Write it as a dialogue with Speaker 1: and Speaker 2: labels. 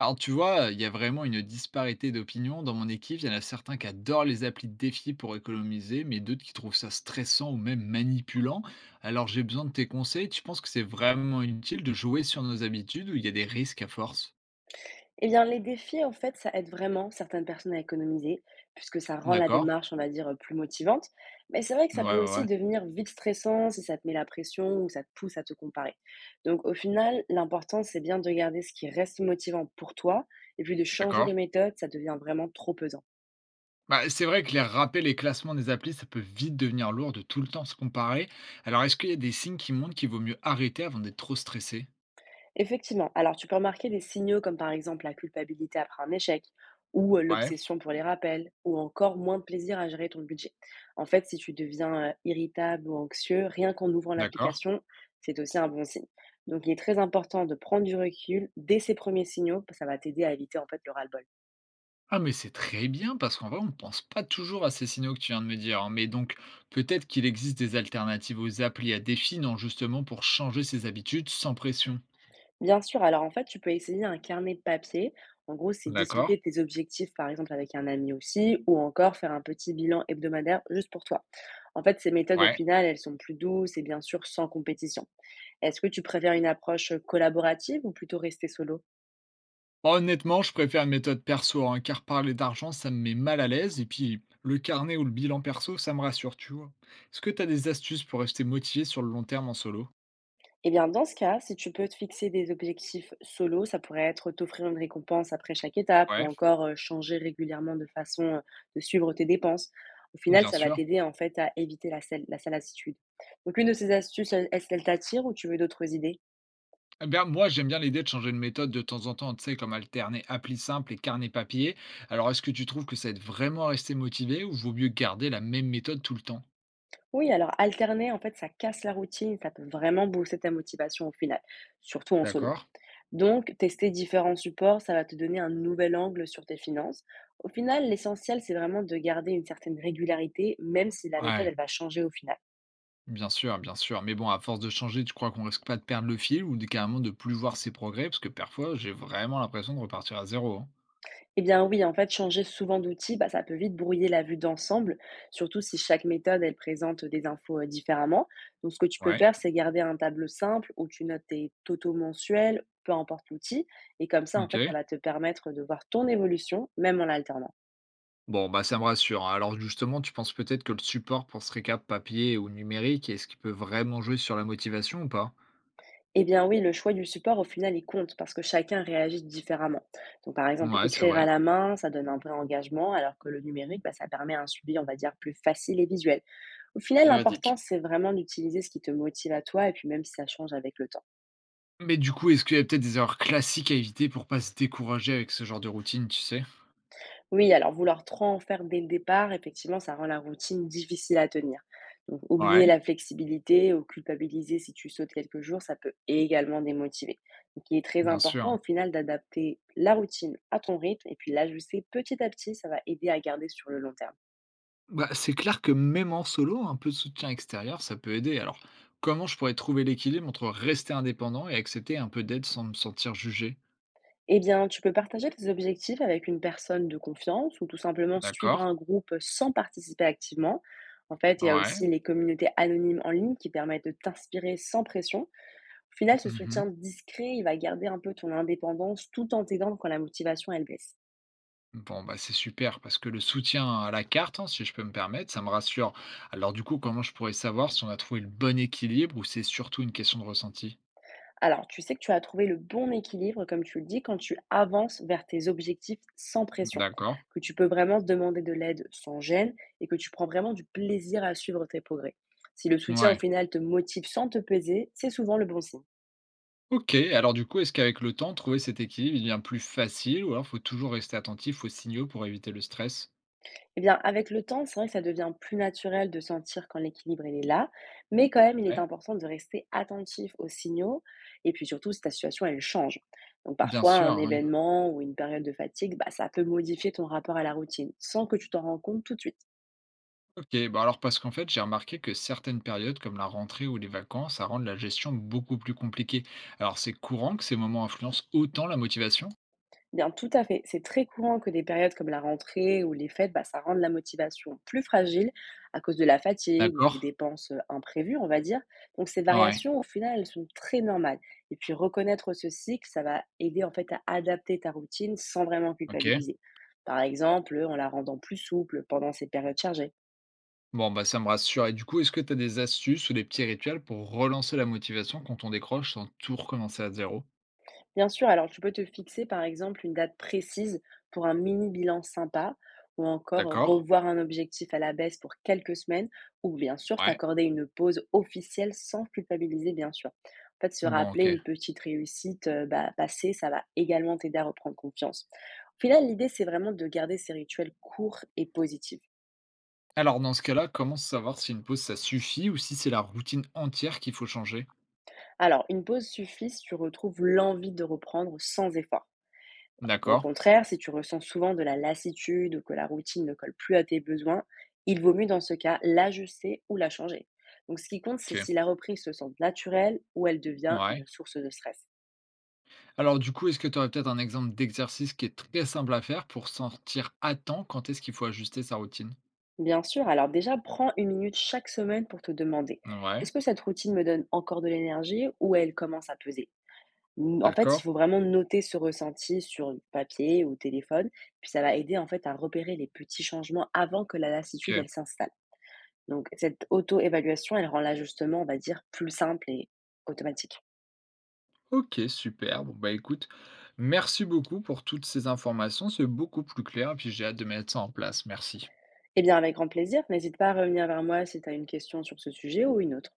Speaker 1: Alors, tu vois, il y a vraiment une disparité d'opinions. Dans mon équipe, il y en a certains qui adorent les applis de défi pour économiser, mais d'autres qui trouvent ça stressant ou même manipulant. Alors, j'ai besoin de tes conseils. Tu penses que c'est vraiment utile de jouer sur nos habitudes ou il y a des risques à force?
Speaker 2: Eh bien, les défis, en fait, ça aide vraiment certaines personnes à économiser, puisque ça rend la
Speaker 1: D'accord.
Speaker 2: démarche, on va dire, plus motivante. Mais c'est vrai que
Speaker 1: Ouais,
Speaker 2: ça peut
Speaker 1: ouais,
Speaker 2: aussi
Speaker 1: ouais.
Speaker 2: devenir vite stressant si ça te met la pression ou ça te pousse à te comparer. Donc, au final, l'important, c'est bien de garder ce qui reste motivant pour toi, et puis de changer de
Speaker 1: D'accord.
Speaker 2: méthode, ça devient vraiment trop pesant.
Speaker 1: Bah, c'est vrai que les rappels et classements des applis, ça peut vite devenir lourd de tout le temps se comparer. Alors, est-ce qu'il y a des signes qui montrent qu'il vaut mieux arrêter avant d'être trop stressé?
Speaker 2: Effectivement. Alors, tu peux remarquer des signaux comme par exemple la culpabilité après un échec, ou
Speaker 1: Ouais,
Speaker 2: l'obsession pour les rappels, ou encore moins de plaisir à gérer ton budget. En fait, si tu deviens irritable ou anxieux, rien qu'en ouvrant
Speaker 1: d'accord.
Speaker 2: l'application, c'est aussi un bon signe. Donc, il est très important de prendre du recul dès ces premiers signaux, ça va t'aider à éviter en fait le ras-le-bol.
Speaker 1: Ah mais c'est très bien parce qu'en vrai, on ne pense pas toujours à ces signaux que tu viens de me dire, hein. Mais donc, peut-être qu'il existe des alternatives aux applis à défi, non, justement pour changer ses habitudes sans pression.
Speaker 2: Bien sûr, alors en fait, tu peux essayer un carnet de papier. En gros, c'est
Speaker 1: D'accord?
Speaker 2: discuter de tes objectifs, par exemple, avec un ami aussi, ou encore faire un petit bilan hebdomadaire juste pour toi. En fait, ces méthodes, au
Speaker 1: Ouais.
Speaker 2: final, elles sont plus douces et bien sûr sans compétition. Est-ce que tu préfères une approche collaborative ou plutôt rester solo?
Speaker 1: Honnêtement, je préfère une méthode perso, hein, car parler d'argent, ça me met mal à l'aise. Et puis, le carnet ou le bilan perso, ça me rassure, tu vois. Est-ce que tu as des astuces pour rester motivé sur le long terme en solo?
Speaker 2: Eh bien, dans ce cas, si tu peux te fixer des objectifs solo, ça pourrait être t'offrir une récompense après chaque étape ou
Speaker 1: Ouais,
Speaker 2: encore changer régulièrement de façon de suivre tes dépenses. Au final,
Speaker 1: bien
Speaker 2: ça va
Speaker 1: sûr.
Speaker 2: t'aider en fait à éviter la, la salassitude. Donc, une de ces astuces, est-ce qu'elle t'attire ou tu veux d'autres idées?
Speaker 1: Eh bien, moi, j'aime bien l'idée de changer de méthode de temps en temps, tu sais, comme alterner appli simple et carnet papier. Alors, est-ce que tu trouves que ça aide vraiment à rester motivé ou vaut mieux garder la même méthode tout le temps?
Speaker 2: Oui, alors alterner, en fait, ça casse la routine, ça peut vraiment booster ta motivation au final, surtout en solo.
Speaker 1: D'accord?
Speaker 2: Donc, tester différents supports, ça va te donner un nouvel angle sur tes finances. Au final, l'essentiel, c'est vraiment de garder une certaine régularité, même si la méthode,
Speaker 1: Ouais,
Speaker 2: elle va changer au final.
Speaker 1: bien sûr, bien sûr. Mais bon, à force de changer, tu crois qu'on risque pas de perdre le fil ou de, carrément de plus voir ses progrès? Parce que parfois, j'ai vraiment l'impression de repartir à zéro, hein.
Speaker 2: Eh bien oui, en fait, changer souvent d'outils, bah, ça peut vite brouiller la vue d'ensemble, surtout si chaque méthode, elle présente des infos différemment. Donc, ce que tu peux
Speaker 1: Ouais,
Speaker 2: faire, c'est garder un tableau simple où tu notes tes totaux mensuels, peu importe l'outil. Et comme ça, en
Speaker 1: ok.
Speaker 2: fait, ça va te permettre de voir ton évolution, même en alternance.
Speaker 1: Bon, bah ça me rassure, hein. Alors justement, tu penses peut-être que le support pour ce récap papier ou numérique, est-ce qu'il peut vraiment jouer sur la motivation ou pas?
Speaker 2: Eh bien oui, le choix du support, au final, il compte parce que chacun réagit différemment. Donc par exemple,
Speaker 1: Ouais, c'est
Speaker 2: écrire à
Speaker 1: vrai.
Speaker 2: la main, ça donne un vrai engagement, alors que le numérique, bah, ça permet un suivi, on va dire, plus facile et visuel. Au final, l'important,
Speaker 1: Véridique.
Speaker 2: c'est vraiment d'utiliser ce qui te motive à toi, et puis même si ça change avec le temps.
Speaker 1: Mais du coup, est-ce qu'il y a peut-être des erreurs classiques à éviter pour pas se décourager avec ce genre de routine, tu sais?
Speaker 2: Oui, alors vouloir trop en faire dès le départ, effectivement, ça rend la routine difficile à tenir. Donc, oublier
Speaker 1: Ouais,
Speaker 2: la flexibilité ou culpabiliser si tu sautes quelques jours, ça peut également démotiver. Donc, il est très
Speaker 1: bien sûr.
Speaker 2: important au final d'adapter la routine à ton rythme et puis l'ajuster petit à petit, ça va aider à garder sur le long terme.
Speaker 1: Bah, c'est clair que même en solo, un peu de soutien extérieur, ça peut aider. Alors, comment je pourrais trouver l'équilibre entre rester indépendant et accepter un peu d'aide sans me sentir jugé?
Speaker 2: Eh bien, tu peux partager tes objectifs avec une personne de confiance ou tout simplement suivre
Speaker 1: D'accord.
Speaker 2: un groupe sans participer activement. En fait, il y a
Speaker 1: Ouais.
Speaker 2: aussi les communautés anonymes en ligne qui permettent de t'inspirer sans pression. Au final, ce soutien
Speaker 1: Mhm.
Speaker 2: discret, il va garder un peu ton indépendance tout en t'aidant quand la motivation, elle baisse.
Speaker 1: Bon, bah c'est super parce que le soutien à la carte, hein, si je peux me permettre, ça me rassure. Alors du coup, comment je pourrais savoir si on a trouvé le bon équilibre ou c'est surtout une question de ressenti?
Speaker 2: Alors, tu sais que tu as trouvé le bon équilibre, comme tu le dis, quand tu avances vers tes objectifs sans pression,
Speaker 1: D'accord.
Speaker 2: que tu peux vraiment demander de l'aide sans gêne et que tu prends vraiment du plaisir à suivre tes progrès. Si le soutien au
Speaker 1: Ouais.
Speaker 2: final te motive sans te peser, c'est souvent le bon signe.
Speaker 1: OK, alors du coup, est-ce qu'avec le temps, trouver cet équilibre, il devient plus facile ou alors faut toujours rester attentif aux signaux pour éviter le stress?
Speaker 2: Eh bien, avec le temps, c'est vrai que ça devient plus naturel de sentir quand l'équilibre il est là, mais quand même, il est
Speaker 1: Ouais.
Speaker 2: important de rester attentif aux signaux et puis surtout si ta situation elle change. Donc
Speaker 1: Bien
Speaker 2: parfois,
Speaker 1: sûr,
Speaker 2: un
Speaker 1: oui.
Speaker 2: événement ou une période de fatigue, bah, ça peut modifier ton rapport à la routine sans que tu t'en rends compte tout de suite.
Speaker 1: OK, bah alors parce qu'en fait, j'ai remarqué que certaines périodes comme la rentrée ou les vacances, ça rend la gestion beaucoup plus compliquée. Alors c'est courant que ces moments influencent autant la motivation?
Speaker 2: Bien, tout à fait. C'est très courant que des périodes comme la rentrée ou les fêtes, bah, ça rende la motivation plus fragile à cause de la fatigue ou
Speaker 1: D'accord?
Speaker 2: des dépenses imprévues, on va dire. Donc ces
Speaker 1: Ouais.
Speaker 2: variations, au final, elles sont très normales. Et puis reconnaître ce cycle, ça va aider en fait à adapter ta routine sans vraiment
Speaker 1: OK.
Speaker 2: culpabiliser. Par exemple, en la rendant plus souple pendant ces périodes chargées.
Speaker 1: Bon, bah ça me rassure. Et du coup, est-ce que tu as des astuces ou des petits rituels pour relancer la motivation quand on décroche sans tout recommencer à zéro?
Speaker 2: Bien sûr, alors tu peux te fixer par exemple une date précise pour un mini bilan sympa ou encore
Speaker 1: D'accord?
Speaker 2: revoir un objectif à la baisse pour quelques semaines ou bien sûr
Speaker 1: Ouais.
Speaker 2: t'accorder une pause officielle sans culpabiliser bien sûr. En fait, se
Speaker 1: Bon,
Speaker 2: rappeler
Speaker 1: OK.
Speaker 2: une petite réussite passée, ça va également t'aider à reprendre confiance. Au final, l'idée, c'est vraiment de garder ces rituels courts et positifs.
Speaker 1: Alors dans ce cas-là, comment savoir si une pause ça suffit ou si c'est la routine entière qu'il faut changer?
Speaker 2: Alors, une pause suffit si tu retrouves l'envie de reprendre sans effort. Au
Speaker 1: D'accord,
Speaker 2: contraire, si tu ressens souvent de la lassitude ou que la routine ne colle plus à tes besoins, il vaut mieux dans ce cas l'ajuster ou la changer. Donc ce qui compte, c'est
Speaker 1: OK,
Speaker 2: si la reprise se sent naturelle ou elle devient
Speaker 1: ouais.
Speaker 2: une source de stress.
Speaker 1: Alors du coup, est-ce que tu aurais peut-être un exemple d'exercice qui est très simple à faire pour sentir à temps quand est-ce qu'il faut ajuster sa routine?
Speaker 2: Bien sûr, alors déjà, prends une minute chaque semaine pour te demander,
Speaker 1: Ouais,
Speaker 2: est-ce que cette routine me donne encore de l'énergie ou elle commence à peser? En fait, il
Speaker 1: d'accord,
Speaker 2: faut vraiment noter ce ressenti sur papier ou téléphone, puis ça va aider en fait à repérer les petits changements avant que la lassitude
Speaker 1: OK.
Speaker 2: elle s'installe. Donc cette auto-évaluation, elle rend l'ajustement, on va dire, plus simple et automatique.
Speaker 1: OK, super. Bon bah écoute, merci beaucoup pour toutes ces informations, c'est beaucoup plus clair et puis j'ai hâte de mettre ça en place. Merci.
Speaker 2: Eh bien, avec grand plaisir, n'hésite pas à revenir vers moi si tu as une question sur ce sujet ou une autre.